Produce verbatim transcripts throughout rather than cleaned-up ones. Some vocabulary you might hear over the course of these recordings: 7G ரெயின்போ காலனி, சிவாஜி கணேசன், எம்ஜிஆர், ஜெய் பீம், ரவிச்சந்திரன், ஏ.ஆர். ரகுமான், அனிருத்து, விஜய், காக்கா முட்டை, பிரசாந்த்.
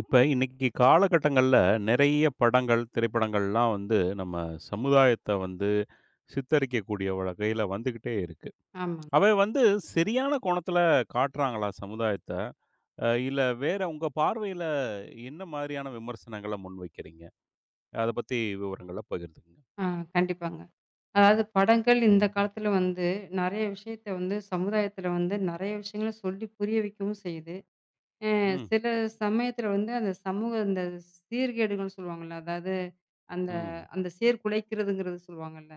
இப்ப இன்னைக்கு காலகட்டங்கள்ல நிறைய படங்கள், திரைப்படங்கள்லாம் வந்து நம்ம சமுதாயத்த வந்து சித்தரிக்கக்கூடிய வகையில வந்துகிட்டே இருக்கு. ஆமாங்க. அவை வந்து சரியான கோணத்துல காட்டுறாங்களா சமுதாயத்த? அ இல்ல வேற உங்க பார்வையில என்ன மாதிரியான விமர்சனங்கள முன்வைக்கிறீங்க? அத பத்தி விவரங்கள பகிர்ந்துக்கங்க. ஆ கண்டிப்பாங்க. அதாவது படங்கள் இந்த காலத்துல வந்து நெறைய விஷயத்த வந்து சமுதாயத்துல வந்து நெறைய விஷயங்கள சொல்லி புரிய வைக்கவும் செய்யுது. அ ம், சில சமயத்துல வந்து அந்த சமூக இந்த சீர்கேடுகள்னு சொல்லுவாங்கல்ல, அதாவது அந்த ம். அந்த சீர்குலைக்கிறதுங்கிறது சொல்லுவாங்கல்ல,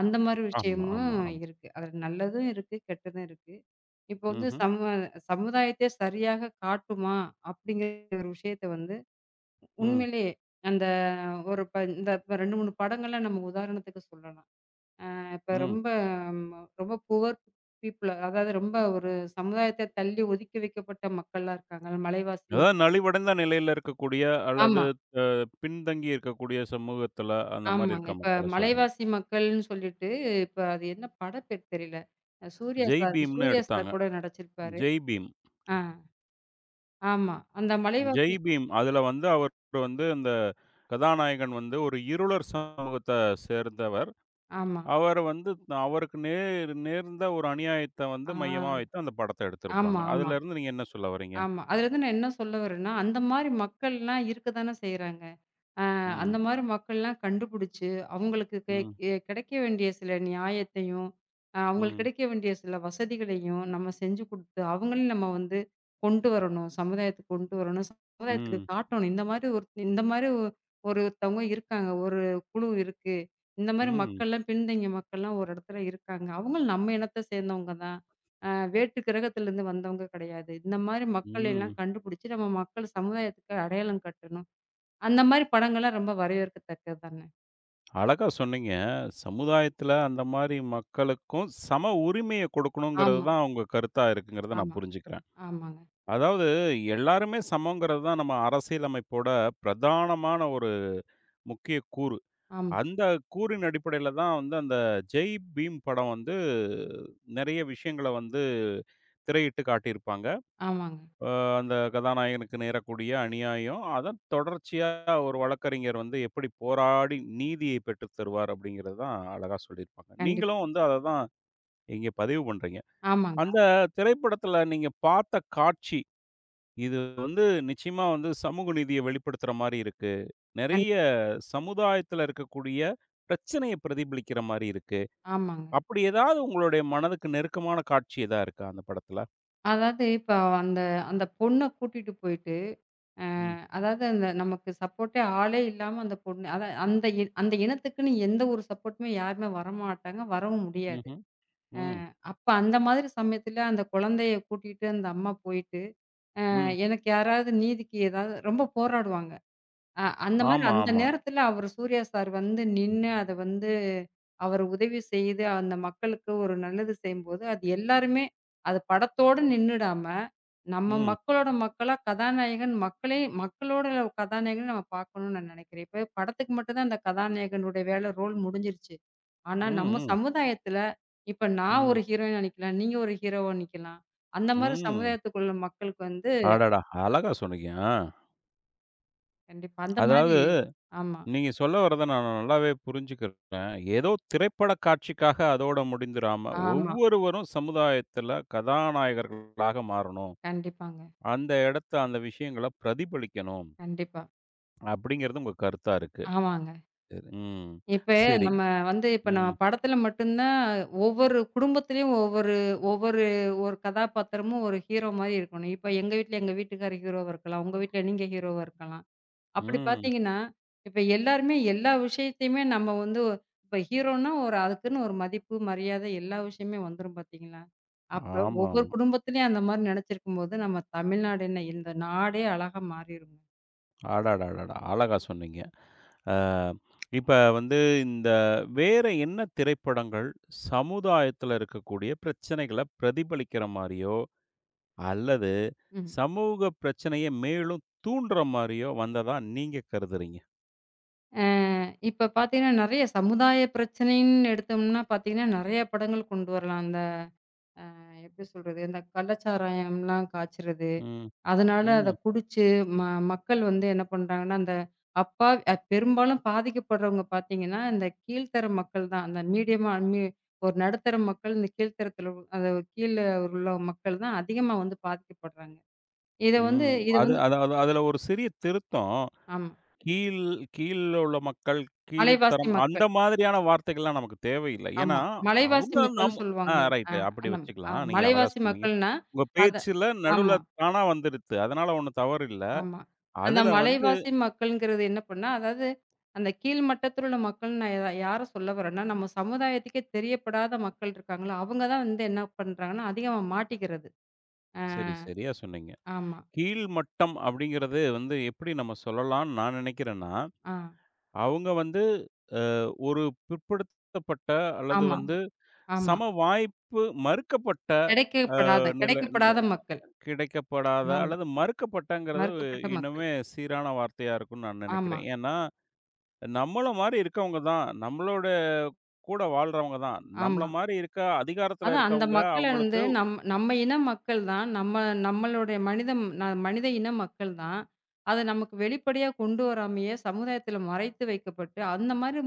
அந்த மாரி ஆமா, விஷயமும் ஆமா, ஆமா. இருக்கு. அதுல நல்லதும் இருக்கு, கெட்டதும் இருக்கு. இப்போ வந்து ம்ஹ்ம். சம சமுதாயத்த சரியாக காட்டுமா? அப்படிங்கிற ஒரு விஷயத்த வந்து ம், உண்மையிலேயே அந்த ஒரு ப இந்த ரெண்டு, மூணு படங்கள நம்ம உதாரணத்துக்கு சொல்லலாம். இப்ப ம். ரொம்ப ம் ரொம்ப புவர் பீப்பிள் அதாவது ரொம்ப ஒரு சமுதாயத்த தள்ளி ஒதுக்கி வைக்கப்பட்ட மக்கள்லாம் இருக்காங்கல்ல, மலைவாசி அதாவது மக்கள். நலிவடைந்த நிலையில இருக்கக்கூடிய அல்லது ஆமா, அ பின்தங்கி இருக்கக்கூடிய சமூகத்துல அந்த மாரி ஆமாங்க. இருக்க இப்ப மக்கள சொல்றீங்க. மலைவாசி மக்கள்ன்னு சொல்லிட்டு, இப்ப அது என்ன பட பேர் தெரியல. அஹ் சூர்யா ஜெய் சார் பீம்ன்னு சூர்யா எடுத்தாங்க. சார் கூட நடிச்சிருப்பாரு. ஜெய் பீம். ஆ, ஆமா. அந்த ஜெய் மலைவாசி பீம் அதுல வந்து அவர் வந்து அந்த கதாநாயகன் வந்து ஒரு இருளர் சமூகத்த சேர்ந்தவர். ஆமா. அவர் வந்து த- அவருக்கு நேர் நேர்ந்த ஒரு அநியாயத்த வந்து ஆ, மையமா வைத்து அந்த படத்த எடுத்திருப்பாங்க. ஆமா, ஆமா, அதுலருந்து நீங்க என்ன சொல்ல வரீங்க? ஆமா. அதுலருந்து நான் என்ன சொல்ல வரேன்னா, அந்த மாரி மக்கள்லாம் இருக்க தானே செய்றாங்க. அ அந்த ம், மாரி மக்கள்லாம் கண்டுபிடிச்சு, அவங்களுக்கு கெ ம், கெ கிடைக்க வேண்டிய சில நியாயத்தையும், அ அவங்களுக்கு ம், கிடைக்க வேண்டிய சில வசதிகளையும் நம்ம செஞ்சு குடுத்து, அவங்களையும் நம்ம வந்து கொண்டு வரணும். சமுதாயத்துக்கு கொண்டு வரணும். சமுதாயத்துக்கு ம், காட்டணும். இந்த மாரி ஒரு இந்த மாரி ஒ ஒருத்தவங்க இருக்காங்க. ஒரு குழு இருக்கு. இந்த மாரி ம், மக்கள்லாம் பின்தங்கிய மக்கள்லாம் ஒரு இடத்துல இருக்காங்க. அவங்களும் நம்ம இனத்த சேர்ந்தவங்க தான். அ வேற்று கிரகத்திலேருந்து வந்தவங்க கிடையாது. இந்த மாரி மக்கள் ம். எல்லாம் கண்டுபிடிச்சு, நம்ம மக்கள் சமுதாயத்துக்கு அடையாளம் கட்டணும். அந்த மாரி படங்கள்லாம் ரொம்ப வரவேற்கத்தக்கது தானே! அழகா சொன்னீங்க. சமுதாயத்துல அந்த மாரி மக்களுக்கும் சம உரிமைய கொடுக்கணுங்கிறது ஆமா, தான் உங்க கருத்தா இருக்குங்கிறத நான் ஆமா, புரிஞ்சுக்கிறேன். ஆமாங்க. அதாவது எல்லாருமே சமங்கிறது தான் நம்ம அரசியலமைப்போட பிரதானமான ஒரு முக்கிய கூறு. ஆமா, அந்த கூறின் அடிப்படையில தான் வந்து அந்த "ஜெய் பீம்" படம் வந்து நெறைய விஷயங்கள வந்து திரையிட்டு காட்டியிருப்பாங்க. ஆமாங்க. அ அந்த கதாநாயகனுக்கு நேரக்கூடிய அநியாயம், அதன் தொடர்ச்சியா ஒரு வழக்கறிஞர் வந்து எப்படி போராடி நீதியை பெற்று தருவார் அப்படிங்கிறது தான் அழகா சொல்லியிருப்பாங்க. கண்டிப்பா. நீங்களும் வந்து அத தான் இங்க பதிவு பண்றீங்க. ஆமாங்க. அந்த திரைப்படத்துல நீங்க பார்த்த காட்சி இது வந்து நிச்சயமா வந்து சமூக நீதிய வெளிப்படுத்துற மாரி இருக்கு. கண் நெறைய சமுதாயத்துல இருக்கக்கூடிய பிரச்சனைய பிரதிபலிக்கிற மாரி இருக்கு. ஆமாங்க. அப்படி ஏதாவது உங்களுடைய மனதுக்கு நெருக்கமான காட்சி எதா இருக்கா அந்த படத்துல? அதாவது இப்ப அந்த அந்த பொண்ண கூட்டிட்டு போயிட்டு, அ ம். அதாவது அந்த நமக்கு சப்போர்ட்டே ஆளே இல்லாம அந்த பொண்ணு அத அந்த இ அந்த இனத்துக்குன்னு எந்த ஒரு சப்போர்ட்டுமே யாருமே வரமாட்டாங்க. வரவும் முடியாது. ம்ஹ்ம். ம். அப்ப அந்த மாதிரி சமயத்துல அந்த குழந்தைய கூட்டிட்டு அந்த அம்மா போயிட்டு, அ ம். எனக்கு யாராவது நீதிக்கு ஏதாவது ரொம்ப போராடுவாங்க. அ அந்த மாரி ஆமா, அந்த ஆமா. நேரத்துல அவரு சூர்யா சார் வந்து நின்னு அத வந்து அவரு உதவி செய்து, அந்த மக்களுக்கு ஒரு நல்லது செய்யும்போது, அது எல்லாருமே அது படத்தோட நின்னுடாம, நம்ம ம். மக்களோட மக்களா கதாநாயகன் மக்களே மக்களோட கதாநாயகன நம்ம பார்க்கணும்னு நான் நெனைக்கிறேன். இப்ப படத்துக்கு மட்டும் தான் அந்த கதாநாயகனுடைய வேல ரோல் முடிஞ்சிருச்சு. ஆனா ம். நம்ம ம். சமுதாயத்துல, இப்ப நான் ம். ஒரு ஹீரோயினா நிக்கலாம், நீங்க ஒரு ஹீரோவா நிக்கலாம். அந்த மாரி ம். சமுதாயத்துக்குள்ள மக்களுக்கு வந்து அடடா! அழகா சொன்னீங்க. ஆ. கண்டிப்பா அந்த அதாவது மாரி ஆமா, நீங்க சொல்ல வர்றத நான் நல்லாவே புரிஞ்சுக்கிறேன். ஏதோ திரைப்பட காட்சிக்காக அதோட முடிந்துராம, ஆமா. ஒவ்வொருவரும் சமுதாயத்துல கதாநாயகர்களாக மாறணும். கண்டிப்பாங்க. அந்த இடத்த அந்த விஷயங்கள பிரதிபலிக்கணும் கண்டிப்பா. அப்படிங்கிறது உங்க கருத்தா இருக்கு. ஆமாங்க. இப்ப சரி. ம். சரி. நம்ம வந்து இப்ப நம்ம ம். படத்துல மட்டும்தான் ஒவ்வொரு குடும்பத்திலயும் ஒவ்வொரு ஒவ்வொரு ஒரு கதாபாத்திரமும் ஒரு ஹீரோ மாரி இருக்கணும். இப்ப எங்க வீட்ல எங்க வீட்டுக்காரர் ஹீரோவா இருக்கலாம். உங்க வீட்ல நீங்க ஹீரோவா இருக்கலாம். அப்படி ம். பார்த்தீங்கன்னா, இப்ப எல்லாருமே எல்லா விஷயத்தையுமே நம்ம வந்து ஒ- இப்ப ஹீரோன்னா ஒரு அதுக்குன்னு ஒரு மதிப்பு, மரியாதை எல்லா விஷயமே வந்துரும் பார்த்தீங்களா? அப்ப ஆமாமா. ஒவ்வொரு குடும்பத்திலயும் அந்த மாரி நெனச்சிருக்கும்போது, நம்ம தமிழ்நாடு என்ன இந்த நாடே அழகா மாறிருங்க. அடடடடா! அழகா சொன்னீங்க. அ இப்ப வந்து இந்த வேற என்ன திரைப்படங்கள் சமுதாயத்துல இருக்கக்கூடிய பிரச்சனைகள பிரதிபலிக்கிற மாரியோ, அல்லது ம். சமூக பிரச்சனைய மேலும் தூண்டுற மாரியோ வந்ததா நீங்க கருதுறீங்க? இப்ப பார்த்தீங்கன்னா, நெறைய சமுதாய பிரச்சனைன்னு எடுத்தோம்னா பார்த்தீங்கன்னா, நெறைய படங்கள் கொண்டு வரலாம். அந்த எப்படி சொல்றது? இந்த கள்ளச்சாராயம்லாம் காய்ச்சறது. ம். அதனால அத ம். குடிச்சு ம மக்கள் வந்து என்ன பண்றாங்கன்னா, அந்த அப்பா அ பெரும்பாலும் பாதிக்கப்படுறவங்க பார்த்தீங்கன்னா, இந்த கீழ்த்தர மக்கள் தான். அந்த மீடியமா மீ ஒரு நடுத்தர மக்கள், இந்த கீழ்த்தரத்தில அது கீழ உள்ள மக்கள் தான் அதிகமா வந்து பாதிக்கப்படுறாங்க. இத வந்து ம். இது அது வந்து அது அது அதுல ஒரு சிறிய திருத்தம். ஆமா. கீழ் கீழ உள்ள மக்கள், அலைவாசி கீழ்த்தரம் அந்த மக்கள். மாதிரியான வார்த்தைகள்லாம் நமக்கு தேவையில்ல. ஏன்னா, ஆமா. மலைவாசி அவங்க மக்கள்ன்னு நம்ம ஆ சொல்லுவாங்க. அ ரைட் அப்படி அந்த அ வச்சுக்கலாம். நீங்க அழகா மலைவாசி சொன்னீங்க. மக்கள்னா, உங்க அத பேச்சுல நடுவுல ஆமா, தானா வந்துருது. அதனால ஒண்ணும் தவறு இல்ல. ஆமா. அந்த அதுல வந்து மலைவாசி மக்கள்ங்கிறது என்ன பண்ணா, அதாவது அந்த கீழ் மட்டத்தில உள்ள மக்கள்ன்னு நான் யா யார சொல்ல வரேன்னா, நம்ம சமுதாயத்துக்கே தெரியப்படாத மக்கள் இருக்காங்கல்ல, அவங்க தான் வந்து என்ன பண்றாங்கன்னா, அதிகமா மாட்டிக்கிறது. அ சரி, சரியா சொன்னீங்க. ஆமா. கீழ்மட்டம் அப்படிங்கிறது வந்து எப்படி நம்ம சொல்லலாம்னு நான் நினைக்கிறேன்னா, ஆ அவங்க வந்து ஒரு பிற்படுத்தப்பட்ட அல்லது ஆமாமா, வந்து ஆமா. ஆமா. சம வாய்ப்பு மறுக்கப்பட்ட அ கிடைக்கப்படாத நிலை கிடைக்கப்படாத மக்கள். கிடைக்கப்படாத ஆமா. அல்லது மறுக்கப்பட்டங்கிறது மறுக்கப்பட்ட மக்கள். இன்னுமே சீரான வார்த்தையா இருக்கும்னு நான் ஆமா, நினைக்கிறேன். ஏன்னா, நம்மள மாரி இருக்கவங்க தான், நம்மளோட கூட வாழ்றவங்க தான். நம்மள ஆமா. மாரி இருக்க அதிகாரத்தில அதான் அந்த இருக்கவங்க, மக்கள வந்து அவங்களுக்கு நம் நம்ம இன மக்கள் தான். நம்ம நம்மளுடைய மனிதம் ந மனித இன மக்கள் தான். அத நமக்கு வெளிப்படையா கொண்டு வராமயே சமுதாயத்தில மறைத்து வைக்கப்பட்டு, அந்த மாரி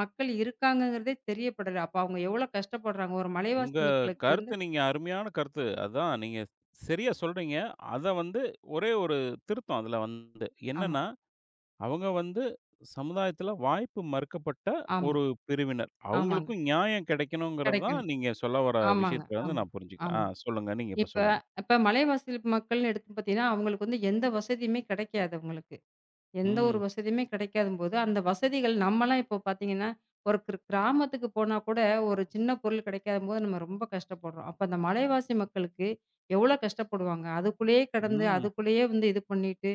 மக்கள் இருக்காங்கங்கிறதே தெரியப்படல. அப்ப அவங்க எவ்வளோ கஷ்டப்படுறாங்க. ஒரு உங்க மலைவாசி மக்களுக்கு வந்து கருத்து நீங்க அருமையான கருத்து. அதான் நீங்க சரியா சொல்றீங்க. அத வந்து ஒரே ஒரு திருத்தம் அதில வந்து. ஆமா, என்னன்னா, அவங்க வந்து சமுதாயத்தில வாய்ப்பு மறுக்கப்பட்ட ஆமா, ஒரு பிரிவினர். ஆமாங்க. அவங்களுக்கும் நியாயம் கிடைக்கணுங்கிறது தான் கிடைக்கணும். நீங்க சொல்ல வர ஆமாங்க. விஷயத்தில இருந்து ஆமா, நான் புரிஞ்சுக்கிறேன். ஆ ஆமா. சொல்லுங்க. நீங்க இப்ப இப்ப சொல்லுங்க. இப்ப மலைவாசி மக்கள்னு எடுத்து பார்த்தீங்கன்னா, அவங்களுக்கு வந்து எந்த வசதியுமே கிடைக்காது அவங்களுக்கு. எந்த ஒரு ம். வசதியுமே கிடைக்காதும்போது, அந்த வசதிகள் நம்மலாம் இப்போ பார்த்தீங்கன்னா, ஒரு கிர் கிராமத்துக்கு போனா கூட ஒரு சின்ன பொருள் கிடைக்காதம்போது நம்ம ரொம்ப கஷ்டப்படுறோம். அப்ப அந்த மலைவாசி மக்களுக்கு எவ்வளோ கஷ்டப்படுவாங்க? அதுக்குள்ளேயே கடந்து, ம். அதுக்குள்ளேயே வந்து இது பண்ணிட்டு,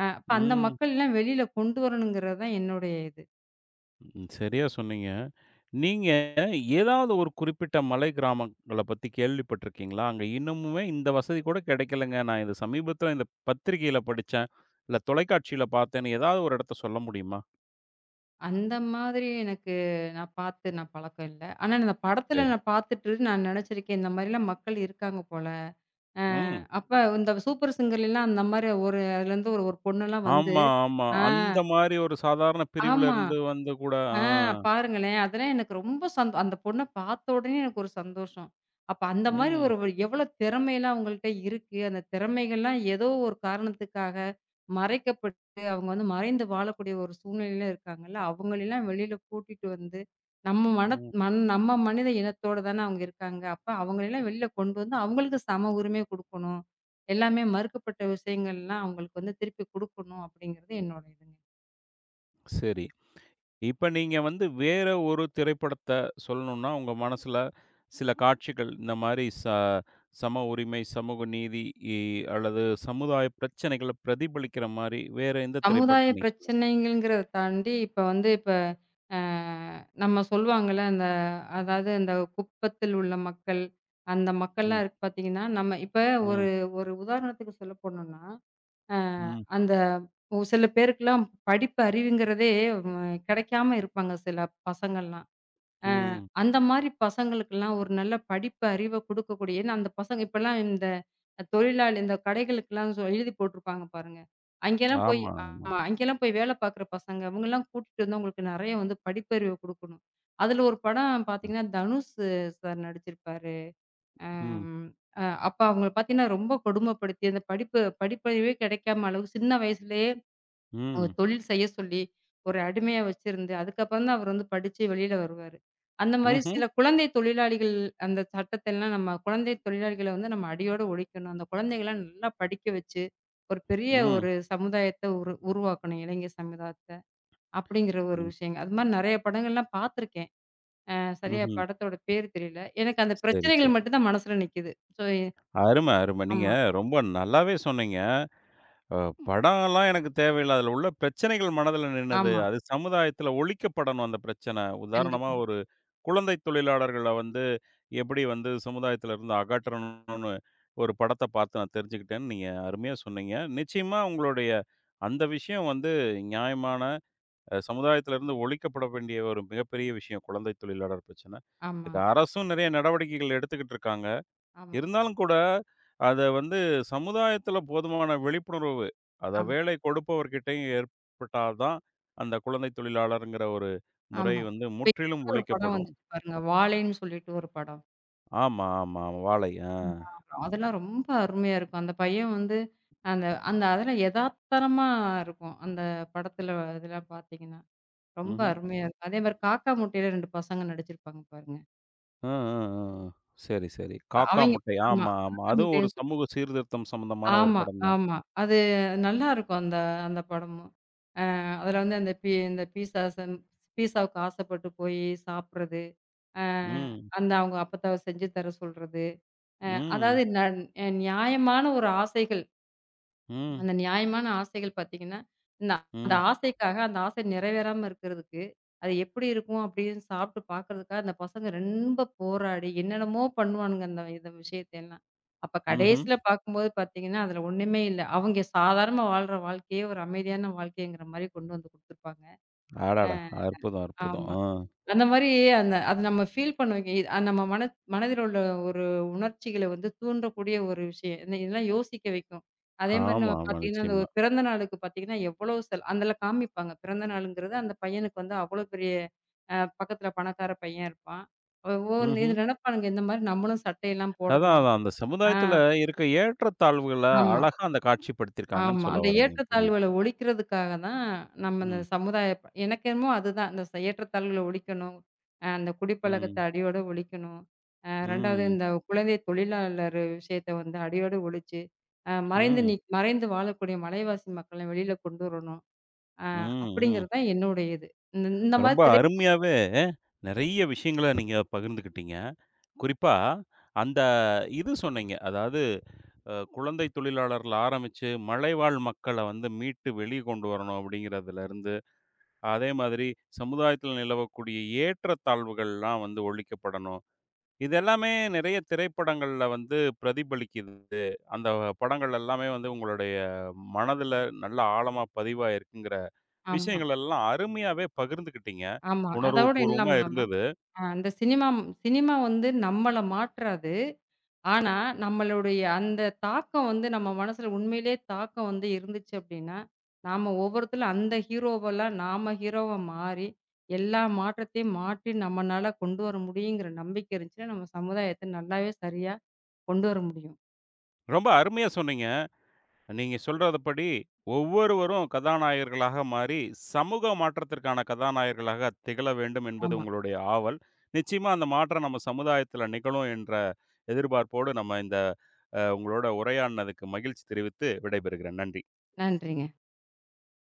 அ அப்ப அந்த ம். மக்கள்லாம் வெளியில கொண்டு வரணுங்கிறது தான் என்னுடைய இது. ம். சரியா சொன்னீங்க. நீங்க ஏதாவது ஒரு குறிப்பிட்ட மலை கிராமங்கள பத்தி கேள்விப்பட்டிருக்கீங்களா? அங்க இன்னமுமே இந்த வசதி கூட கிடைக்கலங்க. நான் இது சமீபத்தில இந்த பத்திரிகையில படிச்சேன். இல்ல தொலைக்காட்சியில பார்த்தேன்னு ஏதாவது ஒரு இடத்த சொல்ல முடியுமா? அந்த மாதிரி எனக்கு நான் பார்த்து நான் பழக்கம் இல்ல. ஆனா இந்த படத்துல சரி. நான் பார்த்துட்டு நான் நினைச்சிருக்கேன், இந்த மாரிலாம் மக்கள் இருக்காங்க போல. அ ம். அப்ப இந்த சூப்பர் சிங்கர்லலாம் அந்த மாரி ஒரு அதுலேருந்து ஒரு ஒரு பொண்ணுலாம் வந்து ஆமா, ஆமா. ஆ. அந்த மாரி ஒரு சாதாரண பிரிவுல ஆமா. இருந்து வந்து கூட ஆ ஆ. பாருங்களேன். அதெல்லாம் எனக்கு ரொம்ப சந்தோ அந்த பொண்ண பார்த்த உடனே எனக்கு ஒரு சந்தோஷம். அப்ப அந்த மாரி ம். ஒரு எவ்வளோ திறமைலாம் அவங்கள்ட்ட இருக்கு. அந்த திறமைகள்லாம் ஏதோ ஒரு காரணத்துக்காக மறைக்கப்பட்டு, அவங்க வந்து மறைந்து வாழக்கூடிய ஒரு சூழ்நிலையில இருக்காங்கல்ல. அவங்களலாம் வெளியில கூட்டிட்டு வந்து, நம்ம மன ம். மன் நம்ம மனித இனத்தோட தானே அவங்க இருக்காங்க. அப்ப அவங்களலாம் வெளில கொண்டு வந்து அவங்களுக்கு சம உரிமை குடுக்கணும். எல்லாமே மறுக்கப்பட்ட விஷயங்கள்லாம் அவங்களுக்கு வந்து திருப்பி குடுக்கணும் அப்படிங்கிறது என்னோட இதுங்க. சரி. இப்ப நீங்க வந்து வேற ஒரு திரைப்படத்த சொல்லணும்னா, உங்க மனசுல சில காட்சிகள் இந்த மாரி ச சம உரிமை, சமூக நீதி இ அல்லது சமுதாய பிரச்சனைகள பிரதிபலிக்கிற மாரி வேற எந்த சமுதாய திரைப்படத்த நீங்க சொல்லுங்க? பிரச்சனைகள்ங்கிறத தாண்டி, இப்ப வந்து இப்ப அ நம்ம சொல்லுவாங்கல்ல, அந்த அதாவது அந்த குப்பத்தில் உள்ள மக்கள், அந்த ம், மக்கள்லாம் இருக்கு பார்த்தீங்கன்னா, நம்ம இப்ப ம், ஒரு ஒரு உதாரணத்துக்கு சொல்ல போனோம்னா, அ ம், அந்த ஒரு சில பேருக்குலாம் படிப்பு அறிவுங்கிறதே வ கிடைக்காம இருப்பாங்க சில பசங்கள்லாம். அ ம். அந்த மாரி பசங்களுக்கெல்லாம் ஒரு நல்ல படிப்பு, அறிவ குடுக்கக்கூடிய ஏன்னா அந்த பசங்க இப்பலாம் இந்த தொழிலாளி இந்த கடைகளுக்கெல்லாம் சொ எழுதி போட்டிருப்பாங்க பாருங்க. அங்கேலாம் போய் ஆமா, ஆமா. ஆமா. அங்கேலாம் போய் வேல பார்க்குற பசங்க, இவங்கலாம் கூட்டிட்டு வந்து அவங்களுக்கு நெறைய வந்து படிப்பறிவ குடுக்கணும். அதுல ஒரு படம் ம், பார்த்தீங்கன்னா, தனுஷ் சார் நடிச்சிருப்பாரு. ம், அம் அ அப்ப அவங்கள பார்த்தீங்கன்னா, ரொம்ப கொடுமைப்படுத்தி அந்த படிப்பு படிப்பறிவே கிடைக்காம அளவு சின்ன வயசுலயே அவங்க ம், தொழில் செய்ய சொல்லி, ஒரு அடிமையா வச்சிருந்து, அதுக்கப்புறம் தான் அவரு வந்து படிச்சு வெளியில வருவாரு. அந்த மாரி ம்ஹ்ம், சில குழந்தை தொழிலாளிகள் அந்த சட்டத்தெல்லாம் நம்ம குழந்தை தொழிலாளிகள வந்து நம்ம அடியோட ஒழிக்கணும். அந்த குழந்தைகள நல்லா படிக்க வச்சு, ஒரு பெரிய ம், ஒரு சமுதாயத்த உரு உருவாக்கணும். இளைஞர் சமுதாயத்த. அப்படிங்கிற ஒரு ம், விஷயங்க. அது மாரி நெறைய படங்கள்லாம் பார்த்துருக்கேன். அ சரியா ம்ஹ்ம். படத்தோட பேர் தெரியல. எனக்கு அந்த சரி, பிரச்சனைகள் சரி. மட்டும் தான் மனசுல நிக்குது. சோ அரும, அரும. நீங்க ஆமா, ரொம்ப நல்லாவே சொன்னீங்க. அ படம்லாம் எனக்கு தேவையில்ல. அதில உள்ள பிரச்சனைகள் மனதில நின்னது. ஆமா. அது சமுதாயத்தில ஒழிக்கப்படணும் அந்த பிரச்சனை. உதாரணமா கண்டிப்பா. ஒரு குழந்தை தொழிலாளர்கள வந்து எப்படி வந்து சமுதாயத்தில இருந்து அகற்றணும்னு ஒரு படத்த பார்த்து நான் தெரிஞ்சுக்கிட்டேன்னு நீங்க அருமையா சொன்னீங்க. நிச்சயமா உங்களுடைய அந்த விஷயம் வந்து நியாயமான அ சமுதாயத்தில இருந்து ஒழிக்கப்பட வேண்டிய ஒரு மிகப்பெரிய விஷயம். குழந்தை தொழிலாளர் பிரச்சனை. இதுக்கு ஆமாங்க. அரசும் நெறைய நடவடிக்கைகள் எடுத்துக்கிட்டு இருக்காங்க. ஆமா, இருந்தாலும் கூட, அத வந்து சமுதாயத்துல போதுமான விழிப்புணர்வு, அத ஆமா. வேலை கொடுப்பவர்கிட்டயும் ஏற்பட்டா தான், அந்த குழந்தை தொழிலாளர்ங்கிற ஒரு முறை ஆமா. வந்து இப்ப இப்ப முற்றிலும் கூட ஒரு படம் ஒழிக்கப்படும். வந்துச்சு பாருங்க. வாழைன்னு சொல்லிட்டு ஒரு படம். ஆமா, ஆமா. வாழை. ஆ. ம். ஆமா. அதெல்லாம் ரொம்ப அருமையா இருக்கும். அந்த பையன் வந்து அந்த அந்த அதெல்லாம் எதார்த்தனமா இருக்கும். அந்த படத்துல இதெல்லாம் பார்த்தீங்கன்னா. ரொம்ப ம்ஹ்ம். அருமையா இருக்கும். அதே மாரி காக்கா முட்டையில ரெண்டு பசங்க நடிச்சிருப்பாங்க பாருங்க. அ, அ, அ, அ. சரி, சரி. காக்கா அவங்க முட்டை. ஆமா. ஆமா, ஆமா. காக்கா அதுவும் ஒரு முட்டைன்னு சொல்லி சமூக சீர்திருத்தம் சம்பந்தமான ஒரு ஆமா, படம் தான். ஆமா. அது நல்லாருக்கும் அந்த அந்த படமும். அ அதுல வந்து அந்த பி இந்த பீஸா சம் பீஸாவுக்கு ஆசைப்பட்டு போய் சாப்பிடுறது. அ ம். அந்த அவங்க அப்பத்தாவ செஞ்சு தர சொல்றது. அ ம். அதாவது ந அ நியாயமான ஒரு ஆசைகள். ம். அந்த நியாயமான ஆசைகள் பார்த்தீங்கன்னா, இந்த அந்த ம். ஆசைக்காக அந்த ஆசை நிறைவேறாம இருக்கிறதுக்கு, அது எப்படி இருக்கும் அப்படின்னு சாப்பிட்டு பார்க்கறதுக்காக அந்த பசங்க ரொம்ப போராடி என்னென்னமோ பண்ணுவானுங்க அந்த இந்த விஷயத்தையெல்லாம். அப்ப ம்ஹ்ம். கடைசியில பார்க்கும்போது பார்த்தீங்கன்னா, அதில ஒண்ணுமே இல்ல. அவங்க சாதாரணமா வாழ்ற வாழ்க்கையே ஒரு அமைதியான வாழ்க்கைங்கிற மாரி கொண்டு வந்து குடுத்துருப்பாங்க. அ அடடா! அற்புதம், அற்புதம். ஆமா. ஆ. அந்த மாரி அந்த அது நம்ம ஃபீல் பண்ண வைக்கும். இது நம்ம மன மனதில் உள்ள ஒரு உணர்ச்சிகள வந்து தூண்டக்கூடிய ஒரு விஷயம். இந்த இதெல்லாம் யோசிக்க வைக்கும். அதே மாரி ஆமா, நம்ம ஆமா. பார்த்தீங்கன்னா, அந்த நிச்சயமா. ஒரு பிறந்த நாளுக்கு பார்த்தீங்கன்னா, எவ்வளோ செல அதில காமிப்பாங்க. பிறந்த நாளுங்கிறது அந்த பையனுக்கு வந்து அவ்வளோ பெரிய அ பக்கத்தில பணக்கார பையன் இருப்பான். ஓ! ஓ, இது ம்ஹ்ம். நினைப்பானுங்க இந்த மாரி நம்மளும் சட்டையெல்லாம் அதான், போடணும். அதான். அந்த ஆ, சமுதாயத்துல இருக்க ஏற்றத்தாழ்வுகள ஆமா. அழகா அந்த காட்சிப்படுத்தியிருக்காங்கன்னு ஆமா. சொல்ல அந்த வர்றீங்க. புரியுது. ஏற்றத்தாழ்வுகள ஒழிக்கிறதுக்காக தான் நம்ம இந்த ம், சமுதாய ப எனக்கு என்னமோ அதுதான். இந்த ச ஏற்றத்தாழ்வுகள ஒழிக்கணும். அ அந்த குடிப்பழக்கத்த ம், அடியோட ஒழிக்கணும். அ இரண்டாவது ம், இந்த குழந்தை தொழிலாளர் விஷயத்த வந்து அடியோட ஒழிச்சு, அ மறைந்து ம், நீ மறைந்து வாழக்கூடிய மலைவாசி மக்கள வெளியில கொண்டு வரணும். அ ம், ம். அப்படிங்கிறது தான் என்னுடைய இது. இந்த இந்த மாரி ரொம்ப திரை அருமையாவே நெறைய விஷயங்கள நீங்க பகிர்ந்துக்கிட்டீங்க. குறிப்பா அந்த இது சொன்னீங்க. அதாவது அ குழந்தை தொழிலாளர்ல ஆரம்பிச்சு, மலைவாழ் மக்கள வந்து மீட்டு வெளிய கொண்டு வரணும் அப்படிங்கிறதுலருந்து, அதே மாதிரி சமுதாயத்துல நிலவக்கூடிய ஏற்றத்தாழ்வுகள்லாம் வந்து ஒழிக்கப்படணும். இது எல்லாமே நிறைய திரைப்படங்கள்ல வந்து பிரதிபலிக்குது. அந்த படங்கள் எல்லாமே வந்து உங்களுடைய மனதுல நல்ல ஆழமா பதிவாயிருக்குங்கிற ஆமா, விஷயங்கள் எல்லாம் அருமையாவே பகிர்ந்துக்கிட்டீங்க. ஆமா. அதோட உணர்வுபூர்வமா இல்லாம இல்லாம, இருந்தது. அ இந்த சினிமா சினிமா வந்து நம்மள மாற்றாது. ஆனா, நம்மளுடைய அந்த தாக்கம் வந்து நம்ம மனசுல உண்மையிலேயே தாக்கம் வந்து இருந்துச்சு அப்டின்னா, நாம ஒவ்வொருத்தலும் அந்த ஹீரோவெல்லாம் நாம ஹீரோவா மாறி, எல்லா மாற்றத்தையும் மாற்றி நம்மனால கொண்டு வர முடியுங்கிற நம்பிக்கை இருந்துச்சுன்னா, நம்ம சமுதாயத்த நல்லாவே சரியா கொண்டு வர முடியும். ரொம்ப அருமையா சொன்னீங்க. நீங்க சொல்றதுபடி ஒவ்வொருவரும் கதாநாயகர்களாக மாறி, சமூக மாற்றத்திற்கான கதாநாயகர்களாக திகழ வேண்டும் என்பது ஆமா. உங்களுடைய ஆவல். நிச்சயமா அந்த மாற்றம் நம்ம சமுதாயத்தில நிகழும் என்ற எதிர்பார்ப்போடு நம்ம இந்த அ உங்களோட உரையாடினதுக்கு மகிழ்ச்சி தெரிவித்து விடைபெறுகிறேன். நன்றி. நன்றிங்க.